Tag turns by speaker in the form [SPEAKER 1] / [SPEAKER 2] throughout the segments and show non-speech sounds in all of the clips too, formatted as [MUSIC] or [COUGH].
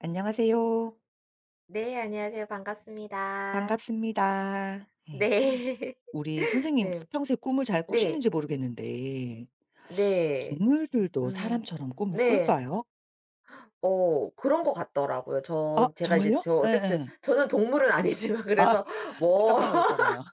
[SPEAKER 1] 안녕하세요.
[SPEAKER 2] 네. 안녕하세요. 반갑습니다.
[SPEAKER 1] 반갑습니다. 예.
[SPEAKER 2] 네.
[SPEAKER 1] 우리
[SPEAKER 2] [LAUGHS]
[SPEAKER 1] 선생님
[SPEAKER 2] 네.
[SPEAKER 1] 평소에 꿈을 잘
[SPEAKER 2] 네.
[SPEAKER 1] 꾸시는지 모르겠는데
[SPEAKER 2] 네. 저는
[SPEAKER 1] 동물들도 사람처럼 꿈을
[SPEAKER 2] 네.
[SPEAKER 1] 꿀까요?
[SPEAKER 2] 그런 것 같더라고요.
[SPEAKER 1] 아
[SPEAKER 2] 전 제가
[SPEAKER 1] 정말요?
[SPEAKER 2] 어쨌든
[SPEAKER 1] 예예.
[SPEAKER 2] 저는 동물은 아니지만 [LAUGHS] 그래서
[SPEAKER 1] 지금
[SPEAKER 2] 뭐
[SPEAKER 1] 깜짝
[SPEAKER 2] [LAUGHS]
[SPEAKER 1] 놀랐잖아요.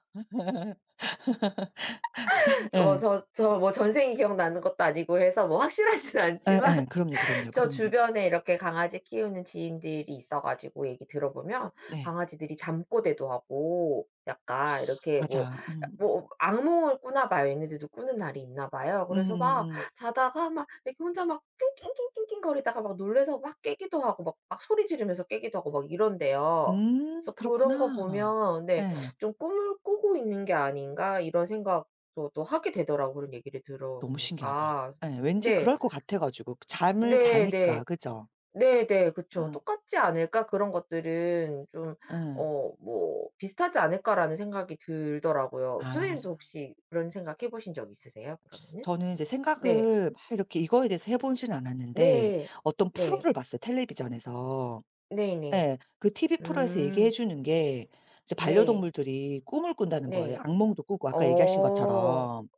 [SPEAKER 1] [LAUGHS]
[SPEAKER 2] 뭐
[SPEAKER 1] 예.
[SPEAKER 2] 뭐 전생이 기억나는 것도 아니고 해서 뭐 확실하진 [LAUGHS] 않지만
[SPEAKER 1] 예예. 그럼요, 그럼요,
[SPEAKER 2] 저
[SPEAKER 1] 그럼요.
[SPEAKER 2] 주변에 이렇게 강아지 키우는 지인들이 있어 가지고 얘기 들어보면
[SPEAKER 1] 네.
[SPEAKER 2] 강아지들이 잠꼬대도 하고 약간 이렇게 뭐
[SPEAKER 1] 맞아. 음.
[SPEAKER 2] 뭐 악몽을 꾸나 봐요. 얘네들도 꾸는 날이 있나 봐요. 그래서
[SPEAKER 1] 음음음. 음
[SPEAKER 2] 막
[SPEAKER 1] 음,
[SPEAKER 2] 자다가 막 이렇게 혼자 막 낑낑낑낑낑 거리다가 막 놀라서 막 깨기도 하고 막 막 소리 지르면서 깨기도 하고 막 이런대요. 그래서 그런 거
[SPEAKER 1] 그렇구나.
[SPEAKER 2] 보면 네
[SPEAKER 1] 예.
[SPEAKER 2] '좀 꿈을 꾸고 있는 게 아닌가.' 이런 생각도 또 하게 되더라고요, 그런 얘기를 들어
[SPEAKER 1] 너무 신기하다.
[SPEAKER 2] 보니까.
[SPEAKER 1] 예. 왠지
[SPEAKER 2] 네.
[SPEAKER 1] 그럴 것 같아 가지고 잠을
[SPEAKER 2] 네네.
[SPEAKER 1] 자니까. 그죠?
[SPEAKER 2] 네네. 그쵸.
[SPEAKER 1] 응
[SPEAKER 2] '똑같지 않을까? 그런 것들은 좀
[SPEAKER 1] 응
[SPEAKER 2] 뭐 비슷하지 않을까?'라는 생각이 들더라고요.
[SPEAKER 1] 아.
[SPEAKER 2] 선생님도 혹시 그런 생각 해 보신 적 있으세요 그러면은?
[SPEAKER 1] 저는 이제
[SPEAKER 2] 네.
[SPEAKER 1] 생각을 막 이렇게 이거에 대해서 해 보진 않았는데
[SPEAKER 2] 네.
[SPEAKER 1] 어떤
[SPEAKER 2] 네.
[SPEAKER 1] 프로를 봤어요 텔레비전에서.
[SPEAKER 2] 네네.
[SPEAKER 1] 예. 그 TV 프로에서 얘기해
[SPEAKER 2] 음.
[SPEAKER 1] 주는 게 이제
[SPEAKER 2] 네.
[SPEAKER 1] 반려동물들이 꿈을 꾼다는 거예요.
[SPEAKER 2] 네.
[SPEAKER 1] 악몽도 꾸고 아까 얘기하신
[SPEAKER 2] 어.
[SPEAKER 1] 것처럼.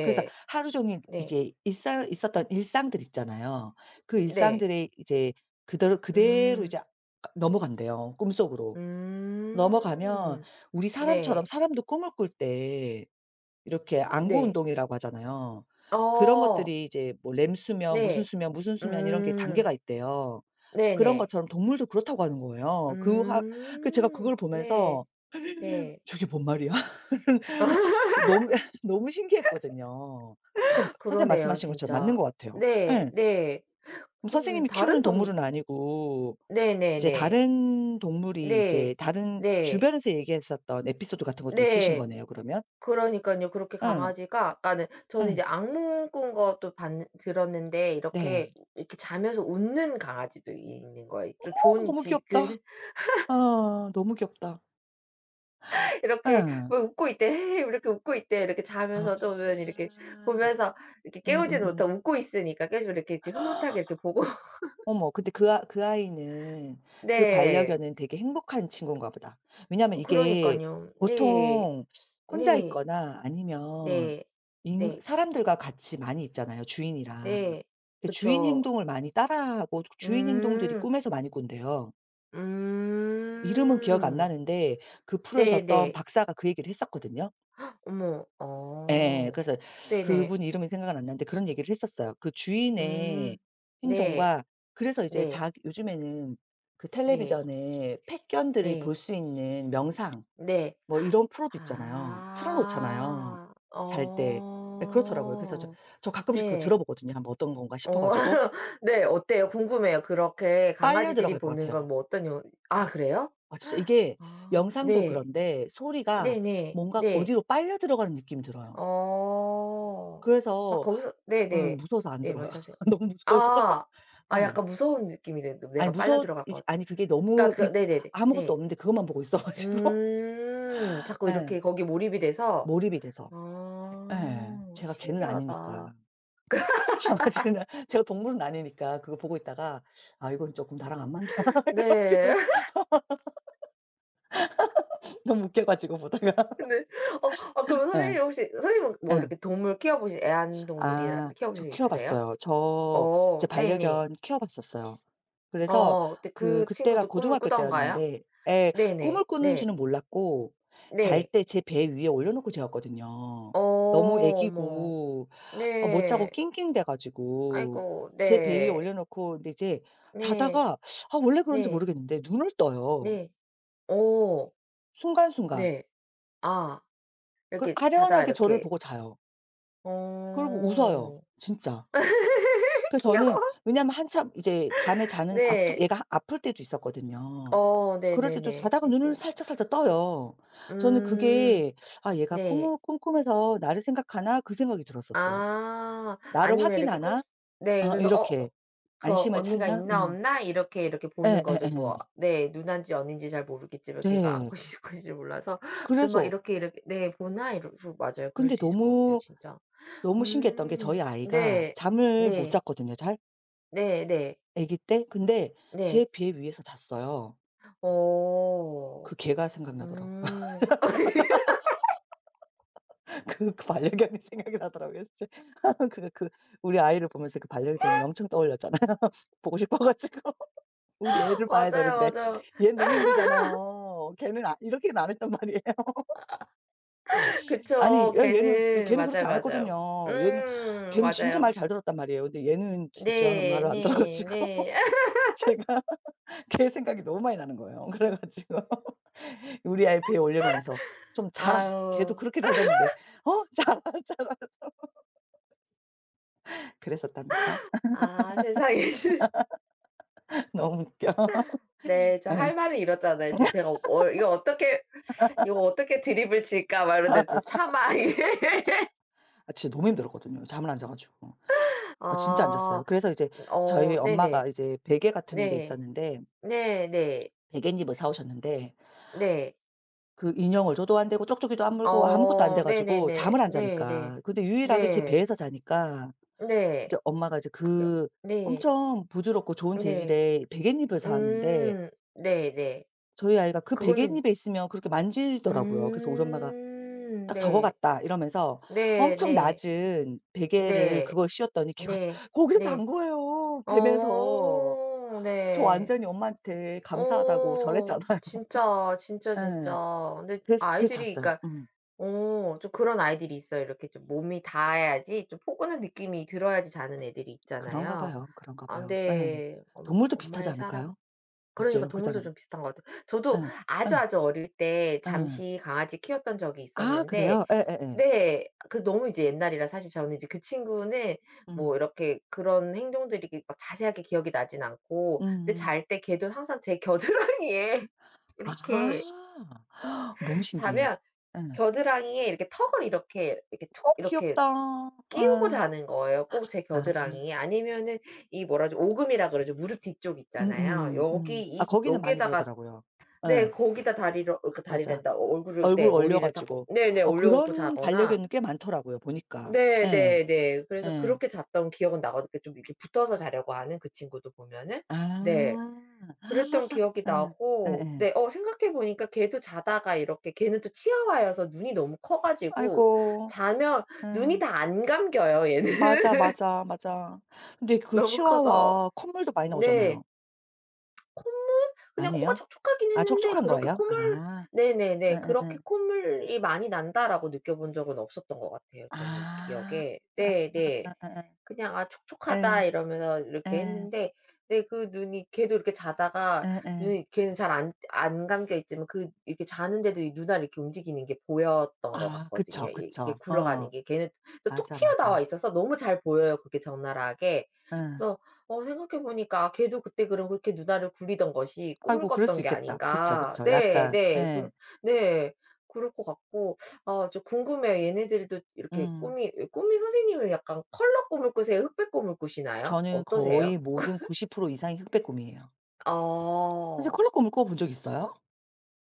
[SPEAKER 1] 그래서 하루 종일
[SPEAKER 2] 네.
[SPEAKER 1] 이제 일상 있었던 일상들 있잖아요. 그
[SPEAKER 2] 네.
[SPEAKER 1] 일상들에 이제 그대로 그대로
[SPEAKER 2] 음.
[SPEAKER 1] 이제 넘어간대요 꿈속으로. 넘어가면
[SPEAKER 2] 음.
[SPEAKER 1] 우리 사람처럼
[SPEAKER 2] 네.
[SPEAKER 1] 사람도 꿈을 꿀때 이렇게 안구
[SPEAKER 2] 네.
[SPEAKER 1] 운동이라고 하잖아요. 그런
[SPEAKER 2] 어.
[SPEAKER 1] 것들이 이제 뭐 렘 수면, 무슨
[SPEAKER 2] 네.
[SPEAKER 1] 수면, 무슨 수면 이런 게
[SPEAKER 2] 음.
[SPEAKER 1] 단계가 있대요. 그런
[SPEAKER 2] 네네.
[SPEAKER 1] 것처럼 동물도 그렇다고 하는 거예요. 그 하 그 제가
[SPEAKER 2] 음.
[SPEAKER 1] 그걸
[SPEAKER 2] 네.
[SPEAKER 1] 보면서 [LAUGHS]
[SPEAKER 2] 네.
[SPEAKER 1] '저게 뭔 말이야?'
[SPEAKER 2] [LAUGHS]
[SPEAKER 1] 그 너무 [LAUGHS] 너무 신기했거든요. 그래서 선생님
[SPEAKER 2] 그러네요
[SPEAKER 1] 말씀하신 것처럼 맞는
[SPEAKER 2] 진짜.
[SPEAKER 1] 것 같아요.
[SPEAKER 2] 네.
[SPEAKER 1] 예.
[SPEAKER 2] 네.
[SPEAKER 1] 그럼
[SPEAKER 2] 그러면
[SPEAKER 1] 선생님이 키우는
[SPEAKER 2] 다른 동
[SPEAKER 1] 동물은 아니고
[SPEAKER 2] 네네네.
[SPEAKER 1] 이제
[SPEAKER 2] 네.
[SPEAKER 1] 다른 동물이
[SPEAKER 2] 네.
[SPEAKER 1] 이제 다른
[SPEAKER 2] 네.
[SPEAKER 1] 주변에서 얘기했었던 에피소드 같은
[SPEAKER 2] 네,
[SPEAKER 1] 것도 있으신
[SPEAKER 2] 네.
[SPEAKER 1] 거네요 그러면.
[SPEAKER 2] 그러니깐요. 그렇게
[SPEAKER 1] 예.
[SPEAKER 2] 강아지가 그러니까는 저는
[SPEAKER 1] 예.
[SPEAKER 2] 이제 악몽 꾼 것도 봤는 들었는데 이렇게
[SPEAKER 1] 네.
[SPEAKER 2] 이렇게 자면서 웃는 강아지도 있는 거예요. 좀
[SPEAKER 1] 어
[SPEAKER 2] 좋은
[SPEAKER 1] 너무
[SPEAKER 2] 지
[SPEAKER 1] 귀엽다.
[SPEAKER 2] 그
[SPEAKER 1] 아 너무 귀엽다.
[SPEAKER 2] [LAUGHS] 이렇게
[SPEAKER 1] 예.
[SPEAKER 2] 막 웃고 있대. [LAUGHS] "헤헤." 이렇게 웃고 있대. 이렇게
[SPEAKER 1] 아.
[SPEAKER 2] 자면서도 보면 이렇게 보면서 이렇게 깨우지는
[SPEAKER 1] 음음음.
[SPEAKER 2] 못하고 웃고 있으니까 계속 이렇게, 이렇게 흐뭇하게 이렇게 보고
[SPEAKER 1] 어머 근데 그 아 그 아이는 그
[SPEAKER 2] 네.
[SPEAKER 1] 반려견은 되게 행복한 친구인가 보다. 왜냐하면 이게
[SPEAKER 2] 그러니깐요. 네.
[SPEAKER 1] 보통 혼자
[SPEAKER 2] 네.
[SPEAKER 1] 있거나 아니면
[SPEAKER 2] 네.
[SPEAKER 1] 인
[SPEAKER 2] 네.
[SPEAKER 1] 사람들과 같이 많이 있잖아요, 주인이랑.
[SPEAKER 2] 네.
[SPEAKER 1] 그 주인
[SPEAKER 2] 그쵸.
[SPEAKER 1] 행동을 많이 따라하고 주인 행동들이
[SPEAKER 2] 음.
[SPEAKER 1] 꿈에서 많이 꾼대요. 이름은 기억 안
[SPEAKER 2] 음.
[SPEAKER 1] 나는데 그 프로에서 어떤
[SPEAKER 2] 네네.
[SPEAKER 1] 박사가 그 얘기를 했었거든요.
[SPEAKER 2] 어머.
[SPEAKER 1] 예.
[SPEAKER 2] 어.
[SPEAKER 1] 그래서
[SPEAKER 2] 네네.
[SPEAKER 1] 그분 이 름이 생각은 안 나는데 그런 얘기를 했었어요. 그 주인의
[SPEAKER 2] 음. 네.
[SPEAKER 1] 행동과 그래서 이제
[SPEAKER 2] 네.
[SPEAKER 1] 자기 요즘에는 그
[SPEAKER 2] 네.
[SPEAKER 1] 텔레비전에 패견들이 볼
[SPEAKER 2] 네.
[SPEAKER 1] 수 있는 명상
[SPEAKER 2] 네.
[SPEAKER 1] 뭐 이런 프로도 있잖아요. 틀어 놓잖아요,
[SPEAKER 2] 아.
[SPEAKER 1] 잘 때. 예 그렇더라고요. 그래서 저
[SPEAKER 2] 어.
[SPEAKER 1] 저 가끔씩 그거
[SPEAKER 2] 네.
[SPEAKER 1] 들어보거든요, 한번 어떤 건가 싶어
[SPEAKER 2] 어.
[SPEAKER 1] 가지고.
[SPEAKER 2] [LAUGHS] 네. 어때요? 궁금해요. 그렇게
[SPEAKER 1] 빨려
[SPEAKER 2] 강아지들이
[SPEAKER 1] 들어갈 것
[SPEAKER 2] 보는
[SPEAKER 1] 같아요.
[SPEAKER 2] 건 뭐 어떤 요 아 그래요?
[SPEAKER 1] 아 진짜 이게
[SPEAKER 2] 아
[SPEAKER 1] 영상도
[SPEAKER 2] 네.
[SPEAKER 1] 그런데 소리가
[SPEAKER 2] 네네.
[SPEAKER 1] 뭔가
[SPEAKER 2] 네.
[SPEAKER 1] 어디로 빨려 들어가는 느낌이 들어요.
[SPEAKER 2] 어. 막
[SPEAKER 1] 그래서
[SPEAKER 2] 거기서 네네.
[SPEAKER 1] 무서워서 안
[SPEAKER 2] 네
[SPEAKER 1] 들어요.
[SPEAKER 2] 말씀하세요.
[SPEAKER 1] [LAUGHS] 너무 무서워서.
[SPEAKER 2] 아. 아
[SPEAKER 1] 예.
[SPEAKER 2] 약간 무서운 느낌이 드는
[SPEAKER 1] 아니
[SPEAKER 2] 내가
[SPEAKER 1] 무
[SPEAKER 2] 빨려
[SPEAKER 1] 서
[SPEAKER 2] 들어갈 것
[SPEAKER 1] 이제
[SPEAKER 2] 같아.
[SPEAKER 1] 아니 그게 너무
[SPEAKER 2] 그러니까
[SPEAKER 1] 이
[SPEAKER 2] 그 네네네.
[SPEAKER 1] 아무것도
[SPEAKER 2] 네.
[SPEAKER 1] 없는데 그것만 보고 있어 가지고
[SPEAKER 2] 음.
[SPEAKER 1] [LAUGHS]
[SPEAKER 2] 자꾸
[SPEAKER 1] 예.
[SPEAKER 2] 이렇게 거기에 몰입이 돼서
[SPEAKER 1] 몰입이 돼서.
[SPEAKER 2] 아
[SPEAKER 1] 예. 제가 개는
[SPEAKER 2] 신기하다.
[SPEAKER 1] 아니니까. [LAUGHS] 강아지나 제가 동물은 아니니까 그거 보고 있다가 '아 이건 쪼끔 나랑 안 맞나.' [LAUGHS] 그래
[SPEAKER 2] 네.
[SPEAKER 1] 가지고
[SPEAKER 2] [LAUGHS]
[SPEAKER 1] 너무 웃겨 가지고 보다가
[SPEAKER 2] 네. 아 그럼
[SPEAKER 1] [LAUGHS] 예.
[SPEAKER 2] 선생님 혹시 선생님은 뭐
[SPEAKER 1] 예.
[SPEAKER 2] 이렇게 동물 키워보신 애완동물이라
[SPEAKER 1] 아 저
[SPEAKER 2] 키워보신 적
[SPEAKER 1] 키워
[SPEAKER 2] 있으세요?
[SPEAKER 1] 봤어요. 저
[SPEAKER 2] 어
[SPEAKER 1] 이제
[SPEAKER 2] 네네.
[SPEAKER 1] 반려견 키워 봤었어요.
[SPEAKER 2] 어
[SPEAKER 1] 그래서
[SPEAKER 2] 어때
[SPEAKER 1] 그
[SPEAKER 2] 그
[SPEAKER 1] 그때가
[SPEAKER 2] 친구도 꿈을
[SPEAKER 1] 고등학교
[SPEAKER 2] 꾸던가요?
[SPEAKER 1] 때였는데 예 꿈을
[SPEAKER 2] 네네. 네.
[SPEAKER 1] 꾸는지는 몰랐고 잘
[SPEAKER 2] 네.
[SPEAKER 1] 때 제 배 위에 올려놓고 재웠거든요.
[SPEAKER 2] 어
[SPEAKER 1] 너무
[SPEAKER 2] 어머.
[SPEAKER 1] 애기고 아 못 자고
[SPEAKER 2] 네.
[SPEAKER 1] 낑낑대 가지고
[SPEAKER 2] 아이고
[SPEAKER 1] 제 배 위에
[SPEAKER 2] 네.
[SPEAKER 1] 올려놓고 근데 이제
[SPEAKER 2] 네.
[SPEAKER 1] 자다가 아 원래 그런지
[SPEAKER 2] 네.
[SPEAKER 1] 모르겠는데 눈을 떠요
[SPEAKER 2] 네. 어
[SPEAKER 1] 순간순간.
[SPEAKER 2] 네. 아
[SPEAKER 1] 그
[SPEAKER 2] 이렇게 자다가
[SPEAKER 1] 아련하게 저를
[SPEAKER 2] 이렇게
[SPEAKER 1] 보고 자요. 그리고 웃어요
[SPEAKER 2] 어.
[SPEAKER 1] 진짜.
[SPEAKER 2] [LAUGHS]
[SPEAKER 1] 그래서 저는
[SPEAKER 2] 귀여워.
[SPEAKER 1] 왜냐하면 한참 이제 밤에 자는 아프
[SPEAKER 2] 네.
[SPEAKER 1] 얘가 아플 때도 있었거든요.
[SPEAKER 2] 어
[SPEAKER 1] 그럴 때 또
[SPEAKER 2] 네네네.
[SPEAKER 1] 자다가 눈을
[SPEAKER 2] 아이고.
[SPEAKER 1] 살짝살짝 떠요. 저는
[SPEAKER 2] 음.
[SPEAKER 1] 그게 '아 얘가
[SPEAKER 2] 네.
[SPEAKER 1] 꿈을 꿈꾸면서 나를 생각하나?' 그 생각이 들었었어요.
[SPEAKER 2] 아.
[SPEAKER 1] '나를
[SPEAKER 2] 아니면 이렇게 꿈
[SPEAKER 1] 확인하나?'
[SPEAKER 2] 네
[SPEAKER 1] 어
[SPEAKER 2] 그래서
[SPEAKER 1] 이렇게.
[SPEAKER 2] 그
[SPEAKER 1] '안심을
[SPEAKER 2] 언니가
[SPEAKER 1] 찾나?'
[SPEAKER 2] 있나
[SPEAKER 1] 음.
[SPEAKER 2] 없나 이렇게, 이렇게 보는 거죠.
[SPEAKER 1] 예예예.
[SPEAKER 2] 뭐 네 누난지 언니인지 잘 모르겠지만 걔가
[SPEAKER 1] 네.
[SPEAKER 2] 안고 있을지 [LAUGHS] 몰라서 좀 막
[SPEAKER 1] 그래서
[SPEAKER 2] 이렇게, 이렇게 '네 보나?' 이러고 맞아요. 그럴
[SPEAKER 1] 근데
[SPEAKER 2] 수 있을 것 같아요
[SPEAKER 1] 너무,
[SPEAKER 2] 진짜.
[SPEAKER 1] 너무 신기했던 게
[SPEAKER 2] 음.
[SPEAKER 1] 저희 아이가
[SPEAKER 2] 네.
[SPEAKER 1] 잠을 못
[SPEAKER 2] 네.
[SPEAKER 1] 잤거든요 잘,
[SPEAKER 2] 네네.
[SPEAKER 1] 아기 때. 근데 제
[SPEAKER 2] 네.
[SPEAKER 1] 배 위에서 잤어요.
[SPEAKER 2] 오오오오
[SPEAKER 1] 그 걔가 생각나더라고요.
[SPEAKER 2] 음.
[SPEAKER 1] [LAUGHS] 그 반려견이 생각이 나더라고요 진짜. [LAUGHS] 그 그 우리 아이를 보면서 그 반려견이 엄청 떠올렸잖아요 [LAUGHS] 보고 싶어 가지고. 우리
[SPEAKER 2] [LAUGHS]
[SPEAKER 1] 애를 봐야
[SPEAKER 2] 맞아요,
[SPEAKER 1] 되는데
[SPEAKER 2] 맞아요.
[SPEAKER 1] 얘는 너무 힘들잖아요. 걔는 아 이렇게는 안 했단 말이에요. [LAUGHS] 아니
[SPEAKER 2] 그쵸.
[SPEAKER 1] 예 얘는 예
[SPEAKER 2] 걔는
[SPEAKER 1] 걔는 그렇게
[SPEAKER 2] 맞아요,
[SPEAKER 1] 안
[SPEAKER 2] 맞아요.
[SPEAKER 1] 했거든요. 얘는 걔는 진짜 말
[SPEAKER 2] 맞아요.
[SPEAKER 1] 잘 들었단 말이에요. 근데 얘는 진짜
[SPEAKER 2] 네.
[SPEAKER 1] 말을 안 들어
[SPEAKER 2] 네.
[SPEAKER 1] 가지고
[SPEAKER 2] 네.
[SPEAKER 1] [LAUGHS] 제가 걔 생각이 너무 많이 나는 거예요. [LAUGHS] 그래 가지고 우리 아이 배에 올려놓으면서 "좀 자라. 걔도
[SPEAKER 2] 아유.
[SPEAKER 1] 그렇게 잘 잤는데 어 자라, [LAUGHS] 자라." 그랬었답니다.
[SPEAKER 2] 아 세상에. [LAUGHS]
[SPEAKER 1] 너무 웃겨. [LAUGHS]
[SPEAKER 2] 네. 저
[SPEAKER 1] 예.
[SPEAKER 2] 할 말을 잃었잖아요. 지금 제가 이거 어떻게 이거 어떻게 드립을 칠까 막 이러는데 또 차마 [LAUGHS] 이게
[SPEAKER 1] 아 진짜 너무 힘들었거든요 잠을 안 자 가지고. 아 진짜 안 잤어요.
[SPEAKER 2] 아.
[SPEAKER 1] 그래서 이제 저희
[SPEAKER 2] 어 네네.
[SPEAKER 1] 엄마가 이제 베개 같은 게
[SPEAKER 2] 네.
[SPEAKER 1] 있었는데
[SPEAKER 2] 네네. 네.
[SPEAKER 1] 백엔잎을 사 오셨는데
[SPEAKER 2] 네.
[SPEAKER 1] 그 인형을 줘도 안 되고 쪽쪽이도 안 물고 아무것도 안
[SPEAKER 2] 어
[SPEAKER 1] 돼 가지고
[SPEAKER 2] 네네네.
[SPEAKER 1] 잠을 안
[SPEAKER 2] 네네. 네.
[SPEAKER 1] 자니까. 근데 유일하게 제 배에서 자니까
[SPEAKER 2] 네.
[SPEAKER 1] 이제 엄마가 이제 그
[SPEAKER 2] 네.
[SPEAKER 1] 엄청 부드럽고 좋은
[SPEAKER 2] 네, 네. 그게 네.
[SPEAKER 1] 재질의 백엔잎을
[SPEAKER 2] 네.
[SPEAKER 1] 사 왔는데
[SPEAKER 2] 음. 네네.
[SPEAKER 1] 저희 아이가 그
[SPEAKER 2] 그거는
[SPEAKER 1] 백엔잎에 있으면 그렇게 만지더라고요. 그래서 우리 엄마가 "딱 저거
[SPEAKER 2] 네.
[SPEAKER 1] 같다." 이러면서 엄청
[SPEAKER 2] 네네.
[SPEAKER 1] 낮은 베개를
[SPEAKER 2] 네. 네.
[SPEAKER 1] 그걸 씌웠더니 걔가
[SPEAKER 2] 네.
[SPEAKER 1] 거기서
[SPEAKER 2] 네.
[SPEAKER 1] 잔 거예요, 베면서.
[SPEAKER 2] 어
[SPEAKER 1] 저
[SPEAKER 2] 네.
[SPEAKER 1] 완전히 엄마한테 감사하다고
[SPEAKER 2] 어
[SPEAKER 1] [LAUGHS] 절했잖아요.
[SPEAKER 2] 진짜, 진짜,
[SPEAKER 1] 예.
[SPEAKER 2] 진짜. 근데
[SPEAKER 1] 그래서 그래서
[SPEAKER 2] 아이들이
[SPEAKER 1] 잤어요.
[SPEAKER 2] 그러니까
[SPEAKER 1] 음.
[SPEAKER 2] 좀 그런 아이들이 있어요. 이렇게 좀 몸이 닿아야지 좀 포근한 느낌이 들어야지 자는 애들이
[SPEAKER 1] 그런가
[SPEAKER 2] 있잖아요.
[SPEAKER 1] 봐요, 그런가
[SPEAKER 2] 아
[SPEAKER 1] 봐요. 예.
[SPEAKER 2] 네. 엄
[SPEAKER 1] 동물도 비슷하지
[SPEAKER 2] 엄마의 사랑.
[SPEAKER 1] 않을까요?
[SPEAKER 2] 그러니까
[SPEAKER 1] 어째요?
[SPEAKER 2] 동물도
[SPEAKER 1] 그잖아요.
[SPEAKER 2] 좀 비슷한 것 같아요.
[SPEAKER 1] 예.
[SPEAKER 2] 저도 아주,
[SPEAKER 1] 예.
[SPEAKER 2] 아주 어릴 때
[SPEAKER 1] 예.
[SPEAKER 2] 잠시 강아지 키웠던 적이
[SPEAKER 1] 아
[SPEAKER 2] 있었는데
[SPEAKER 1] 그래요? 예예예.
[SPEAKER 2] 네. 그 너무 이제 옛날이라 사실 저는 이제 그 친구는 뭐
[SPEAKER 1] 음.
[SPEAKER 2] 이렇게 그런 행동들이 이렇게 막 자세하게 기억이 나진 않고 근데
[SPEAKER 1] 음음.
[SPEAKER 2] 잘 때 걔도 항상 제 겨드랑이에 [LAUGHS]
[SPEAKER 1] 아.
[SPEAKER 2] 이렇게
[SPEAKER 1] [GASPS] 너무 신기해. 예.
[SPEAKER 2] 자면 겨드랑이에 이렇게 턱을 이렇게 툭
[SPEAKER 1] 어
[SPEAKER 2] 이렇게
[SPEAKER 1] 귀엽다.
[SPEAKER 2] 끼우고
[SPEAKER 1] 예.
[SPEAKER 2] 자는 거예요, 꼭 제
[SPEAKER 1] 아.
[SPEAKER 2] 겨드랑이에. 아니면은 이 뭐라 그죠 오금이라 그러죠. 무릎 뒤쪽 있잖아요.
[SPEAKER 1] 음음 음.
[SPEAKER 2] 여기
[SPEAKER 1] 아
[SPEAKER 2] 이
[SPEAKER 1] 거기는 많이
[SPEAKER 2] 여기에다가
[SPEAKER 1] 그러더라고요. 예.
[SPEAKER 2] 네. 거기다 다리를 그러니까
[SPEAKER 1] 맞아.
[SPEAKER 2] 다리란다. 얼굴을
[SPEAKER 1] 얼굴
[SPEAKER 2] 네.
[SPEAKER 1] 올려
[SPEAKER 2] 머리를 딱
[SPEAKER 1] 가지고.
[SPEAKER 2] 네네.
[SPEAKER 1] 어
[SPEAKER 2] 올려 놓고
[SPEAKER 1] 그런
[SPEAKER 2] 자거나
[SPEAKER 1] 반려견이 꽤 많더라고요 보니까.
[SPEAKER 2] 네
[SPEAKER 1] 예.
[SPEAKER 2] 네 네. 그래서
[SPEAKER 1] 예.
[SPEAKER 2] 그렇게 잤던 기억은 나거든요. 그 좀 이렇게 붙어서 자려고 하는 그 친구도 보면은.
[SPEAKER 1] 아.
[SPEAKER 2] 네. 그랬던 기억이
[SPEAKER 1] 예.
[SPEAKER 2] 나고
[SPEAKER 1] 예예.
[SPEAKER 2] 생각해 보니까 걔도 자다가 이렇게 걔는 또 치아와여서 눈이 너무 커 가지고
[SPEAKER 1] 아이고.
[SPEAKER 2] 자면 눈이
[SPEAKER 1] 예.
[SPEAKER 2] 다 안 감겨요 얘는. [LAUGHS]
[SPEAKER 1] 맞아, 맞아, 맞아. 근데 그
[SPEAKER 2] 너무 커서.
[SPEAKER 1] 치와와 콧물도 많이
[SPEAKER 2] 네.
[SPEAKER 1] 나오잖아요.
[SPEAKER 2] 콧물 그냥 코가
[SPEAKER 1] 아니에요?
[SPEAKER 2] 촉촉하긴
[SPEAKER 1] 아
[SPEAKER 2] 했는데
[SPEAKER 1] 촉촉한
[SPEAKER 2] 그렇게
[SPEAKER 1] 거예요?
[SPEAKER 2] 콧물
[SPEAKER 1] 아.
[SPEAKER 2] 네네네.
[SPEAKER 1] 응응응
[SPEAKER 2] 그렇게 '콧물이 많이 난다.'라고 느껴본 적은 없었던 것 같아요 저는
[SPEAKER 1] 아.
[SPEAKER 2] 기억에. 네 네.
[SPEAKER 1] 아아아아.
[SPEAKER 2] 그냥 '아
[SPEAKER 1] 예.
[SPEAKER 2] 촉촉하다.' 이러면서 이렇게
[SPEAKER 1] 예.
[SPEAKER 2] 했는데 근데 그 눈이 걔도 이렇게 자다가
[SPEAKER 1] 예예.
[SPEAKER 2] 눈이 걔는 잘 안 감겨 있지만 그 이렇게 자는데도 이 눈알 이렇게 움직이는 게 보였던 것
[SPEAKER 1] 아
[SPEAKER 2] 같거든요.
[SPEAKER 1] 그쵸,
[SPEAKER 2] 이 이게
[SPEAKER 1] 그쵸. 어.
[SPEAKER 2] 굴러가는 게 걔는 또 톡
[SPEAKER 1] 맞아, 맞아.
[SPEAKER 2] 튀어나와 있어서 너무 잘 보여요 그게 적나라하게.
[SPEAKER 1] 예.
[SPEAKER 2] 그래서 생각해 보니까 '아 걔도 그때 그럼 그렇게 눈알을 굴리던 것이 꿈을
[SPEAKER 1] 아이고 그럴 수
[SPEAKER 2] 꿨던 게
[SPEAKER 1] 있겠다. 그쵸,
[SPEAKER 2] 아닌가.'
[SPEAKER 1] 그쵸.
[SPEAKER 2] 네
[SPEAKER 1] 약간
[SPEAKER 2] 네. 그러
[SPEAKER 1] 예.
[SPEAKER 2] 네. 그럴 것 같고 아 저 궁금해요. 얘네들도 이렇게
[SPEAKER 1] 음.
[SPEAKER 2] 꿈이 선생님은 약간 컬러 꿈을 꾸세요? 흑백 꿈을 꾸시나요?
[SPEAKER 1] 저는 거의
[SPEAKER 2] 어떠세요?
[SPEAKER 1] 모든 90% 이상이 흑백곰이에요.
[SPEAKER 2] 아.
[SPEAKER 1] 선생님 컬러 곰을 꾸어 본 적 있어요?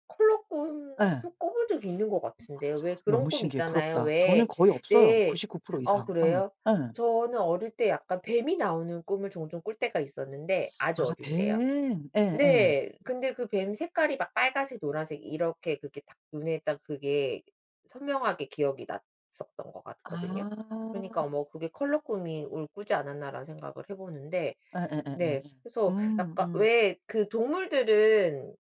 [SPEAKER 2] 컬러
[SPEAKER 1] 예.
[SPEAKER 2] 꿈도 꿔본 적이 있는 것 같은데요. 왜 그런
[SPEAKER 1] 너무
[SPEAKER 2] 꿈
[SPEAKER 1] 신기해.
[SPEAKER 2] 있잖아요.
[SPEAKER 1] 부럽다. 저는
[SPEAKER 2] 왜
[SPEAKER 1] 거의 없어요.
[SPEAKER 2] 내
[SPEAKER 1] 99%
[SPEAKER 2] 아
[SPEAKER 1] 이상. 응.
[SPEAKER 2] 그래요?
[SPEAKER 1] 예.
[SPEAKER 2] 저는 어릴 때 약간 뱀이 나오는 꿈을 종종 꿀 때가 있었는데 아주
[SPEAKER 1] 아
[SPEAKER 2] 어릴 때요.
[SPEAKER 1] 밴. 예예.
[SPEAKER 2] 네. 근데 그 뱀 색깔이 막 빨간색, 노란색 이렇게 그게 딱 눈에 딱 그게 선명하게 기억이 났었던 것 같거든요.
[SPEAKER 1] 아.
[SPEAKER 2] 그러니까 뭐 '그게 컬러 꿈이 올 꾸지 않았나.'라는 생각을 해 보는데 네
[SPEAKER 1] 예예예예예.
[SPEAKER 2] 그래서
[SPEAKER 1] 음
[SPEAKER 2] 약간
[SPEAKER 1] 음.
[SPEAKER 2] 왜 그 동물들은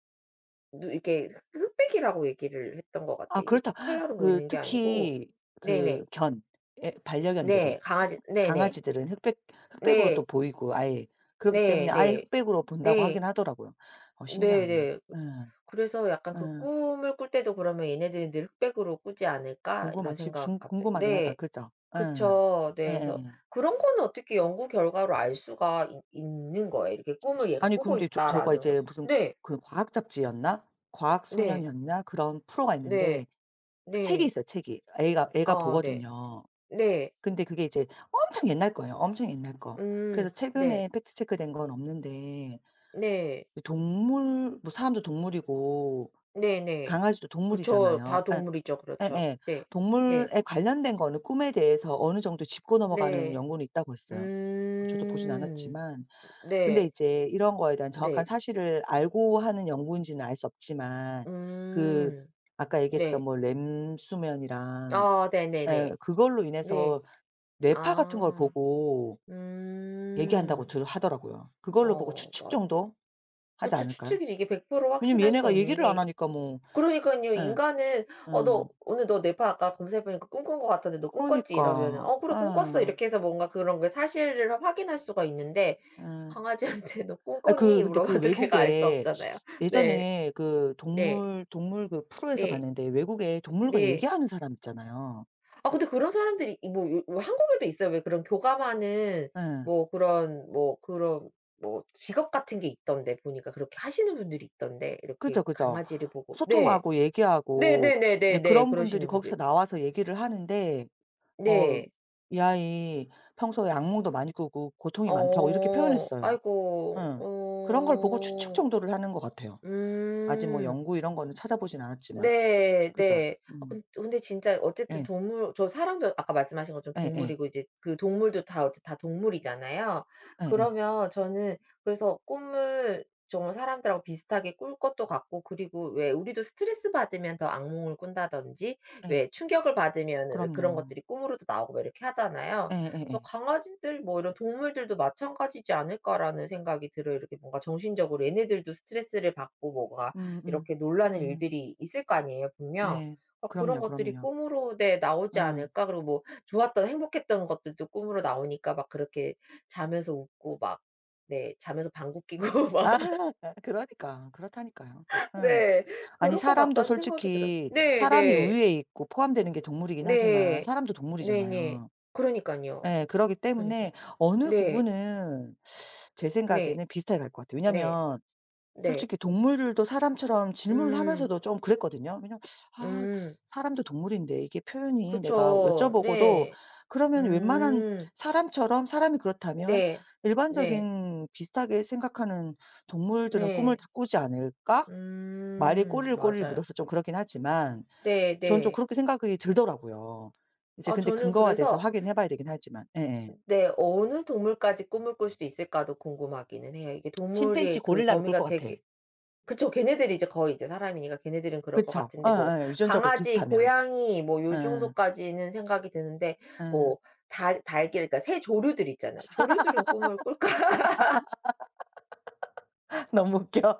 [SPEAKER 2] 누 이렇게 흑 흑백이라고 얘기를 했던 것
[SPEAKER 1] 아
[SPEAKER 2] 같아요. 이게
[SPEAKER 1] 그렇다.
[SPEAKER 2] 다 컬러로
[SPEAKER 1] 그
[SPEAKER 2] 보이는 게 아니고
[SPEAKER 1] 특히
[SPEAKER 2] 네네.
[SPEAKER 1] 그 견 예 반려견들이
[SPEAKER 2] 네. 강아지 네네.
[SPEAKER 1] 강아지들은 흑백 흑백으로
[SPEAKER 2] 네.
[SPEAKER 1] 또 보이고 아예 그렇기 때문에
[SPEAKER 2] 네네.
[SPEAKER 1] 아예
[SPEAKER 2] 네.
[SPEAKER 1] 흑백으로 본다고 하긴
[SPEAKER 2] 네.
[SPEAKER 1] 하더라고요. 어 신기하네.
[SPEAKER 2] 네네.
[SPEAKER 1] 예.
[SPEAKER 2] 그래서 약간 그
[SPEAKER 1] 예.
[SPEAKER 2] 꿈을 꿀 때도 그러면 '얘네들이 늑백으로 꾸지 않을까?' 이런
[SPEAKER 1] 궁금하지 궁
[SPEAKER 2] 생각 갑자기
[SPEAKER 1] 궁금하긴 하다.
[SPEAKER 2] 네.
[SPEAKER 1] 그죠?
[SPEAKER 2] 그쵸.
[SPEAKER 1] 예.
[SPEAKER 2] 네. 그래서
[SPEAKER 1] 예예예.
[SPEAKER 2] 그런 거는 어떻게 연구 결과로 알 수가 있 있는 거예요. 이렇게 '꿈을 얘가
[SPEAKER 1] 아니
[SPEAKER 2] 꾸고
[SPEAKER 1] 근데 저가
[SPEAKER 2] 있다.'라는
[SPEAKER 1] 이제
[SPEAKER 2] 것을.
[SPEAKER 1] 무슨
[SPEAKER 2] 네.
[SPEAKER 1] 그 과학 잡지였나? 과학
[SPEAKER 2] 네.
[SPEAKER 1] 소년이었나? 그런 프로가
[SPEAKER 2] 네.
[SPEAKER 1] 있는데 그 책이
[SPEAKER 2] 네.
[SPEAKER 1] 있어요, 책이. 애가 애가
[SPEAKER 2] 아 네.
[SPEAKER 1] 보거든요.
[SPEAKER 2] 네.
[SPEAKER 1] 근데 그게 이제 엄청 옛날 거예요, 엄청 옛날 거. 그래서
[SPEAKER 2] 음. 네.
[SPEAKER 1] 최근에 팩트 체크된 건 없는데
[SPEAKER 2] 네.
[SPEAKER 1] 동물 뭐 사람도 동물이고
[SPEAKER 2] 네 네.
[SPEAKER 1] 강아지도
[SPEAKER 2] 그쵸. 다
[SPEAKER 1] 동물이잖아요. 예.
[SPEAKER 2] 동물이죠. 그렇죠.
[SPEAKER 1] 예예.
[SPEAKER 2] 네. 네.
[SPEAKER 1] 동물에 관련된 거는 꿈에 대해서 어느 정도 짚고 넘어가는
[SPEAKER 2] 네.
[SPEAKER 1] 연구는 있다고 했어요. 뭐 저도 보진
[SPEAKER 2] 음.
[SPEAKER 1] 않았지만. 근데
[SPEAKER 2] 네.
[SPEAKER 1] 이제 이런 거에 대한 정확한
[SPEAKER 2] 네.
[SPEAKER 1] 사실을 알고 하는 연구인지는 알 수 없지만 그
[SPEAKER 2] 음.
[SPEAKER 1] 아까 얘기했던
[SPEAKER 2] 네.
[SPEAKER 1] 뭐 램수면이랑
[SPEAKER 2] 아
[SPEAKER 1] 예.
[SPEAKER 2] 네네네.
[SPEAKER 1] 그걸로
[SPEAKER 2] 네.
[SPEAKER 1] 인해서 뇌파 같은 걸
[SPEAKER 2] 아.
[SPEAKER 1] 보고 얘기한다고
[SPEAKER 2] 음.
[SPEAKER 1] 들 하더라고요. 그걸로 보고
[SPEAKER 2] 어
[SPEAKER 1] 추측
[SPEAKER 2] 맞
[SPEAKER 1] 정도 하지
[SPEAKER 2] 그쵸.
[SPEAKER 1] 않을까요?
[SPEAKER 2] 추측이 이게 100%
[SPEAKER 1] 왜냐면
[SPEAKER 2] 확신할 수도
[SPEAKER 1] 얘네가
[SPEAKER 2] 없는
[SPEAKER 1] 얘기를 안
[SPEAKER 2] 게
[SPEAKER 1] 하니까 뭐
[SPEAKER 2] 그러니깐요.
[SPEAKER 1] 예.
[SPEAKER 2] 인간은
[SPEAKER 1] 예.
[SPEAKER 2] "어 너 오늘 너 뇌파 아까 검사해 보니까 꿈꾼 것 같던데 너 꿈꿨지?" 이러면은
[SPEAKER 1] 그러니까.
[SPEAKER 2] "어 그래 꿈꿨어."
[SPEAKER 1] 예.
[SPEAKER 2] 이렇게 해서 뭔가 그런 게 사실을 확인할 수가 있는데
[SPEAKER 1] 예.
[SPEAKER 2] 강아지한테 [LAUGHS] "너
[SPEAKER 1] 아 그
[SPEAKER 2] 꿈꿨니?"
[SPEAKER 1] 근데 그
[SPEAKER 2] 물어봐도 걔가 알 수
[SPEAKER 1] 외국에
[SPEAKER 2] 없잖아요. 네.
[SPEAKER 1] 예전에 그
[SPEAKER 2] 네.
[SPEAKER 1] 동물 동물 그 프로에서
[SPEAKER 2] 네.
[SPEAKER 1] 봤는데 외국에 동물과
[SPEAKER 2] 네.
[SPEAKER 1] 얘기하는 사람 있잖아요.
[SPEAKER 2] 아 근데 그런 사람들이 이 뭐 요 뭐 한국에도 있어요. 왜 그런 교감하는
[SPEAKER 1] 예.
[SPEAKER 2] 뭐 그런 뭐 그런 뭐 직업 같은 게 있던데 보니까 그렇게 하시는 분들이 있던데
[SPEAKER 1] 그죠,
[SPEAKER 2] 이렇게
[SPEAKER 1] 그죠.
[SPEAKER 2] 강아지를 보고 네.
[SPEAKER 1] 소통하고 얘기하고 근데
[SPEAKER 2] 네네네네네.
[SPEAKER 1] 그런 분들이
[SPEAKER 2] 그러시는 분들
[SPEAKER 1] 거기서 나와서 얘기를 하는데 어
[SPEAKER 2] 네.
[SPEAKER 1] "이 아이 평소에 악몽도 많이 꾸고 고통이 많다."고 이렇게
[SPEAKER 2] 어.
[SPEAKER 1] 표현했어요.
[SPEAKER 2] 아이고.
[SPEAKER 1] 예. 그런 걸 보고 추측
[SPEAKER 2] 어.
[SPEAKER 1] 정도를 하는 것 같아요. 아직 뭐
[SPEAKER 2] 음.
[SPEAKER 1] 연구 이런 거는 찾아보진 않았지만.
[SPEAKER 2] 네.
[SPEAKER 1] 그죠?
[SPEAKER 2] 네. 아
[SPEAKER 1] 음.
[SPEAKER 2] 근 근데 진짜 어쨌든
[SPEAKER 1] 예.
[SPEAKER 2] 동물 저 사람도 아까 말씀하신 것처럼
[SPEAKER 1] 예예.
[SPEAKER 2] 동물이고 이제 그 동물도 다 어째 다 동물이잖아요.
[SPEAKER 1] 예예. 예.
[SPEAKER 2] 그러면 저는 그래서 꿈을 정말 사람들하고 비슷하게 꿀 것도 같고 그리고 왜 우리도 스트레스 받으면 더 악몽을 꾼다든지
[SPEAKER 1] 예, 예.
[SPEAKER 2] 왜 충격을 받으면 왜 그런
[SPEAKER 1] 그럼요.
[SPEAKER 2] 것들이 꿈으로도 나오고 막 이렇게 하잖아요.
[SPEAKER 1] 예예예.
[SPEAKER 2] 그래서 '강아지들 뭐 이런 동물들도 마찬가지지 않을까.'라는 생각이 들어요. 이렇게 뭔가 정신적으로 얘네들도 스트레스를 받고 뭐가
[SPEAKER 1] 음음. 음. 음,
[SPEAKER 2] 이렇게 놀라는
[SPEAKER 1] 음.
[SPEAKER 2] 일들이 있을 거 아니에요 분명.
[SPEAKER 1] 네.
[SPEAKER 2] 그런
[SPEAKER 1] 그럼요,
[SPEAKER 2] 것들이
[SPEAKER 1] 그럼요.
[SPEAKER 2] 꿈으로 네 나오지
[SPEAKER 1] 응.
[SPEAKER 2] 않을까. 그리고 뭐 좋았던 행복했던 것들도 꿈으로 나오니까 막 그렇게 자면서 웃고 막 네 자면서 방귀 뀌고 [LAUGHS]
[SPEAKER 1] 아
[SPEAKER 2] 막
[SPEAKER 1] [LAUGHS] 그러니까. 그렇다니까요. 응.
[SPEAKER 2] 네
[SPEAKER 1] 아니
[SPEAKER 2] 그럴 것
[SPEAKER 1] 사람도
[SPEAKER 2] 같다는 생각이 들어요.
[SPEAKER 1] 솔직히
[SPEAKER 2] 네네.
[SPEAKER 1] 사람이
[SPEAKER 2] 네.
[SPEAKER 1] 우위에 있고 포함되는 게 동물이긴 하지만
[SPEAKER 2] 네.
[SPEAKER 1] 사람도
[SPEAKER 2] 네네.
[SPEAKER 1] 동물이잖아요.
[SPEAKER 2] 그러니깐요.
[SPEAKER 1] 예. 그러기
[SPEAKER 2] 그러니깐요.
[SPEAKER 1] 때문에 어느
[SPEAKER 2] 네.
[SPEAKER 1] 부분은 제
[SPEAKER 2] 네.
[SPEAKER 1] 생각에는 비슷하게 갈 것 같아요.
[SPEAKER 2] 네.
[SPEAKER 1] 왜냐면
[SPEAKER 2] 네.
[SPEAKER 1] 솔직히 동물들도 사람처럼 질문을
[SPEAKER 2] 음.
[SPEAKER 1] 하면서도 좀 그랬거든요. 왜냐면 아
[SPEAKER 2] 음.
[SPEAKER 1] 사람도 동물인데 이게 표현이 내가
[SPEAKER 2] 그쵸.
[SPEAKER 1] 여쭤보고도
[SPEAKER 2] 네.
[SPEAKER 1] 그러면 웬만한
[SPEAKER 2] 음.
[SPEAKER 1] 사람처럼 사람이 그렇다면
[SPEAKER 2] 네. 네.
[SPEAKER 1] 일반적인 비슷하게 생각하는 동물들은 꿈을
[SPEAKER 2] 네.
[SPEAKER 1] 다 꾸지 않을까? 말이
[SPEAKER 2] 음.
[SPEAKER 1] 꼬리를
[SPEAKER 2] 맞아요.
[SPEAKER 1] 물어서 좀 그렇긴 하지만
[SPEAKER 2] 네
[SPEAKER 1] 저는 좀
[SPEAKER 2] 네.
[SPEAKER 1] 그렇게 생각이 들더라고요. 이제
[SPEAKER 2] 아
[SPEAKER 1] 근데
[SPEAKER 2] 저는
[SPEAKER 1] 근거화돼서
[SPEAKER 2] 그래서
[SPEAKER 1] 확인해 봐야 되긴 하지만. 예예.
[SPEAKER 2] 네 어느 동물까지 꿈을 꿀 수도 있을까도 궁금하기는 해요. 이게
[SPEAKER 1] 침팬치
[SPEAKER 2] 동물의 그
[SPEAKER 1] 고릴라로 꿀 것
[SPEAKER 2] 범위가
[SPEAKER 1] 같아.
[SPEAKER 2] 되게 그쵸. 걔네들이 이제 거의 이제 사람이니까 걔네들은 그럴 것
[SPEAKER 1] 그쵸.
[SPEAKER 2] 같은데 뭐
[SPEAKER 1] 예예. 유전적으로
[SPEAKER 2] 강아지,
[SPEAKER 1] 비슷하면.
[SPEAKER 2] 고양이 뭐 요
[SPEAKER 1] 예예.
[SPEAKER 2] 정도까지는 생각이 드는데
[SPEAKER 1] 예.
[SPEAKER 2] 뭐 달 달걀 그러니까 새 조류들 있잖아요. 조류들은 꿈을 꿀까?
[SPEAKER 1] [LAUGHS] 너무 웃겨.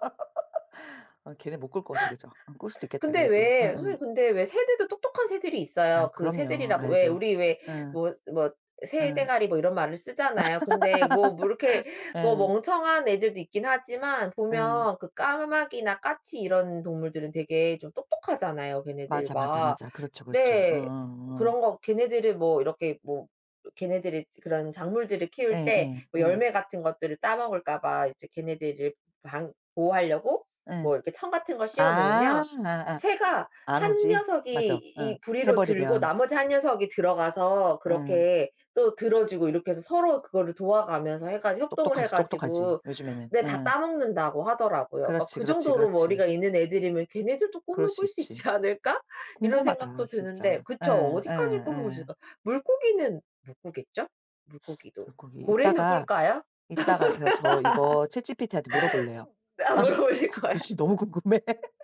[SPEAKER 1] 어 걔네 못 꿀 것 같아. 그죠? 어 꿀 수도 있겠다
[SPEAKER 2] 근데
[SPEAKER 1] 그래도.
[SPEAKER 2] 왜
[SPEAKER 1] 예예.
[SPEAKER 2] 선생님 근데 왜 새들도 똑똑한 새들이
[SPEAKER 1] 아
[SPEAKER 2] 있어요. 그
[SPEAKER 1] 그럼요.
[SPEAKER 2] 새들이라고 왜
[SPEAKER 1] 알죠.
[SPEAKER 2] 우리 왜
[SPEAKER 1] 예.
[SPEAKER 2] 뭐 뭐 새
[SPEAKER 1] 예.
[SPEAKER 2] 대가리 뭐 이런 말을 쓰잖아요. 근데 이렇게 뭐
[SPEAKER 1] 예.
[SPEAKER 2] 멍청한 애들도 있긴 하지만
[SPEAKER 1] 예.
[SPEAKER 2] 보면 그 까마귀나 까치 이런 동물들은 되게 좀 똑똑하잖아요, 걔네들
[SPEAKER 1] 맞아, 맞아,
[SPEAKER 2] 막.
[SPEAKER 1] 맞아. 그렇죠, 그렇죠.
[SPEAKER 2] 네.
[SPEAKER 1] 어어어.
[SPEAKER 2] 그런 거 걔네들을 뭐 이렇게 뭐 걔네들이 그런 작물들을 키울 때
[SPEAKER 1] 예예.
[SPEAKER 2] 뭐
[SPEAKER 1] 예. 예.
[SPEAKER 2] 열매 같은 것들을 따 먹을까 봐 이제 걔네들을 방 보호하려고
[SPEAKER 1] 예, 예.
[SPEAKER 2] 뭐 이렇게 청 같은 걸 씌워
[SPEAKER 1] 아.
[SPEAKER 2] 놓으면
[SPEAKER 1] 아아.
[SPEAKER 2] 새가
[SPEAKER 1] 안
[SPEAKER 2] 한
[SPEAKER 1] 오지.
[SPEAKER 2] 녀석이
[SPEAKER 1] 맞아. 예.
[SPEAKER 2] 이
[SPEAKER 1] 해
[SPEAKER 2] 부리로 들고
[SPEAKER 1] 버리면.
[SPEAKER 2] 나머지 한 녀석이 들어가서
[SPEAKER 1] 예.
[SPEAKER 2] 그렇게 또 들어 주고 이렇게 해서 서로 그거를 도와가면서 해 가지고 협동을 해
[SPEAKER 1] 똑똑하지, 똑똑하지
[SPEAKER 2] 가지고
[SPEAKER 1] 요즘에는.
[SPEAKER 2] 네 다
[SPEAKER 1] 예.
[SPEAKER 2] 따먹는다고 하더라고요. 그러니까
[SPEAKER 1] 그렇지,
[SPEAKER 2] '그
[SPEAKER 1] 그렇지,
[SPEAKER 2] 정도로
[SPEAKER 1] 그렇지.
[SPEAKER 2] 머리가 있는 애들이면 걔네들도
[SPEAKER 1] 그럴
[SPEAKER 2] 꿈을 꿀
[SPEAKER 1] 수
[SPEAKER 2] 수
[SPEAKER 1] 있지.
[SPEAKER 2] 있지 않을까?' 이런
[SPEAKER 1] 궁금하다
[SPEAKER 2] 생각도 드는데
[SPEAKER 1] 진짜. 예
[SPEAKER 2] 그쵸.
[SPEAKER 1] 예
[SPEAKER 2] 어디까지 꿈을 꿀 수
[SPEAKER 1] 예.
[SPEAKER 2] 있을까? 물고기는 못 꾸겠죠? 물고기도.
[SPEAKER 1] 불고기
[SPEAKER 2] 고래는
[SPEAKER 1] 이따가
[SPEAKER 2] 꿀까요?
[SPEAKER 1] 이따가 저 이거 챗GPT한테 물어볼래요.
[SPEAKER 2] [LAUGHS] 아 물어보실
[SPEAKER 1] 그
[SPEAKER 2] 거예요?
[SPEAKER 1] [LAUGHS] 너무 궁금해. [LAUGHS]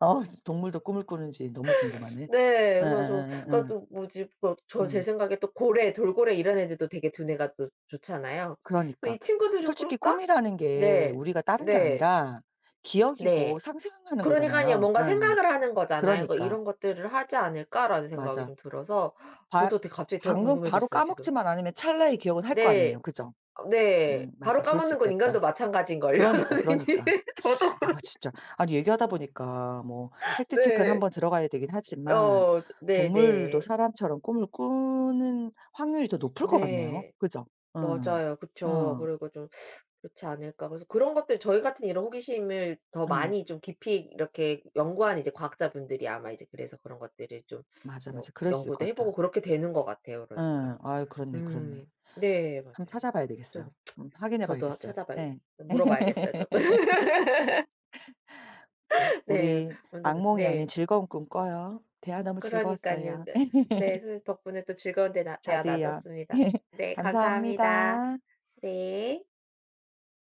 [SPEAKER 1] 아 진짜 동물도 꿈을 꾸는지 너무 궁금하네.
[SPEAKER 2] 네. 그래서 저 그니까
[SPEAKER 1] 예예예예예.
[SPEAKER 2] 또 뭐지 뭐 저 제
[SPEAKER 1] 음
[SPEAKER 2] 생각에 또 고래, 돌고래 이런 애들도 되게 두뇌가 또 좋잖아요. 뭐
[SPEAKER 1] 그러니까.
[SPEAKER 2] '이 친구도 좀
[SPEAKER 1] 솔직히
[SPEAKER 2] 꿀까?'
[SPEAKER 1] 꿈이라는 게
[SPEAKER 2] 네.
[SPEAKER 1] 우리가 다른 게
[SPEAKER 2] 네.
[SPEAKER 1] 아니라 기억이고
[SPEAKER 2] 네.
[SPEAKER 1] 상상하는
[SPEAKER 2] 그러니깐요
[SPEAKER 1] 거잖아요.
[SPEAKER 2] 뭔가
[SPEAKER 1] 예.
[SPEAKER 2] 생각을 하는 거잖아요. 그러니까
[SPEAKER 1] 그러니까.
[SPEAKER 2] '이런 것들을 하지 않을까?'라는 생각이
[SPEAKER 1] 맞아.
[SPEAKER 2] 좀 들어서
[SPEAKER 1] 바
[SPEAKER 2] 저도 되게 갑자기 더
[SPEAKER 1] 방금 바로
[SPEAKER 2] 궁금해졌어요 지금.
[SPEAKER 1] 까먹지만 않으면 찰나의 기억은 할 거
[SPEAKER 2] 네.
[SPEAKER 1] 아니에요. 그죠?
[SPEAKER 2] 어 네. 바로
[SPEAKER 1] 맞아. 그럴 수
[SPEAKER 2] 까먹는 건
[SPEAKER 1] 있겠다.
[SPEAKER 2] 인간도 마찬가지인걸요 [LAUGHS]
[SPEAKER 1] 그러니까,
[SPEAKER 2] 선생님.
[SPEAKER 1] 그러니까.
[SPEAKER 2] 저도
[SPEAKER 1] 아 진짜. 아니 얘기하다 보니까 뭐 팩트 체크를
[SPEAKER 2] 네.
[SPEAKER 1] 한번 들어가야 되긴 하지만
[SPEAKER 2] 어 네네.
[SPEAKER 1] 동물도
[SPEAKER 2] 네.
[SPEAKER 1] 사람처럼 꿈을 꾸는 확률이 더 높을 것 같네요.
[SPEAKER 2] 네.
[SPEAKER 1] 그죠? 응.
[SPEAKER 2] 맞아요. 그쵸.
[SPEAKER 1] 응.
[SPEAKER 2] 그리고 좀 그렇지 않을까. 그래서 그런 것들 저희 같은 이런 호기심을 더
[SPEAKER 1] 응.
[SPEAKER 2] 많이 좀 깊이 이렇게 연구한 이제 과학자분들이 아마 이제 그래서 그런 것들을 좀
[SPEAKER 1] 맞아,
[SPEAKER 2] 뭐
[SPEAKER 1] 맞아. 그럴 수 있을
[SPEAKER 2] 연구도
[SPEAKER 1] 것
[SPEAKER 2] 해 보고
[SPEAKER 1] 같아.
[SPEAKER 2] 그렇게 되는 것 같아요 그러니까.
[SPEAKER 1] 응. 아유 그렇네,
[SPEAKER 2] 음.
[SPEAKER 1] 그렇네.
[SPEAKER 2] 네
[SPEAKER 1] 한번
[SPEAKER 2] 맞아요.
[SPEAKER 1] 찾아봐야
[SPEAKER 2] 좀
[SPEAKER 1] 되겠어요. 확인해
[SPEAKER 2] 저도
[SPEAKER 1] 봐야겠어요.
[SPEAKER 2] 찾아봐야
[SPEAKER 1] 예.
[SPEAKER 2] 물어봐야겠어요 저도. [LAUGHS] 네.
[SPEAKER 1] 우리
[SPEAKER 2] 완전
[SPEAKER 1] 악몽이 아닌
[SPEAKER 2] 네.
[SPEAKER 1] 즐거운 꿈 꿔요. 대화 너무
[SPEAKER 2] 그러니까요
[SPEAKER 1] 즐거웠어요.
[SPEAKER 2] 네.
[SPEAKER 1] [LAUGHS]
[SPEAKER 2] 네. 선생님 덕분에 또 즐거운 대 대화
[SPEAKER 1] 저도요.
[SPEAKER 2] 나눴습니다.
[SPEAKER 1] [LAUGHS]
[SPEAKER 2] 네 감사합니다.
[SPEAKER 1] 감사합니다.
[SPEAKER 2] 네.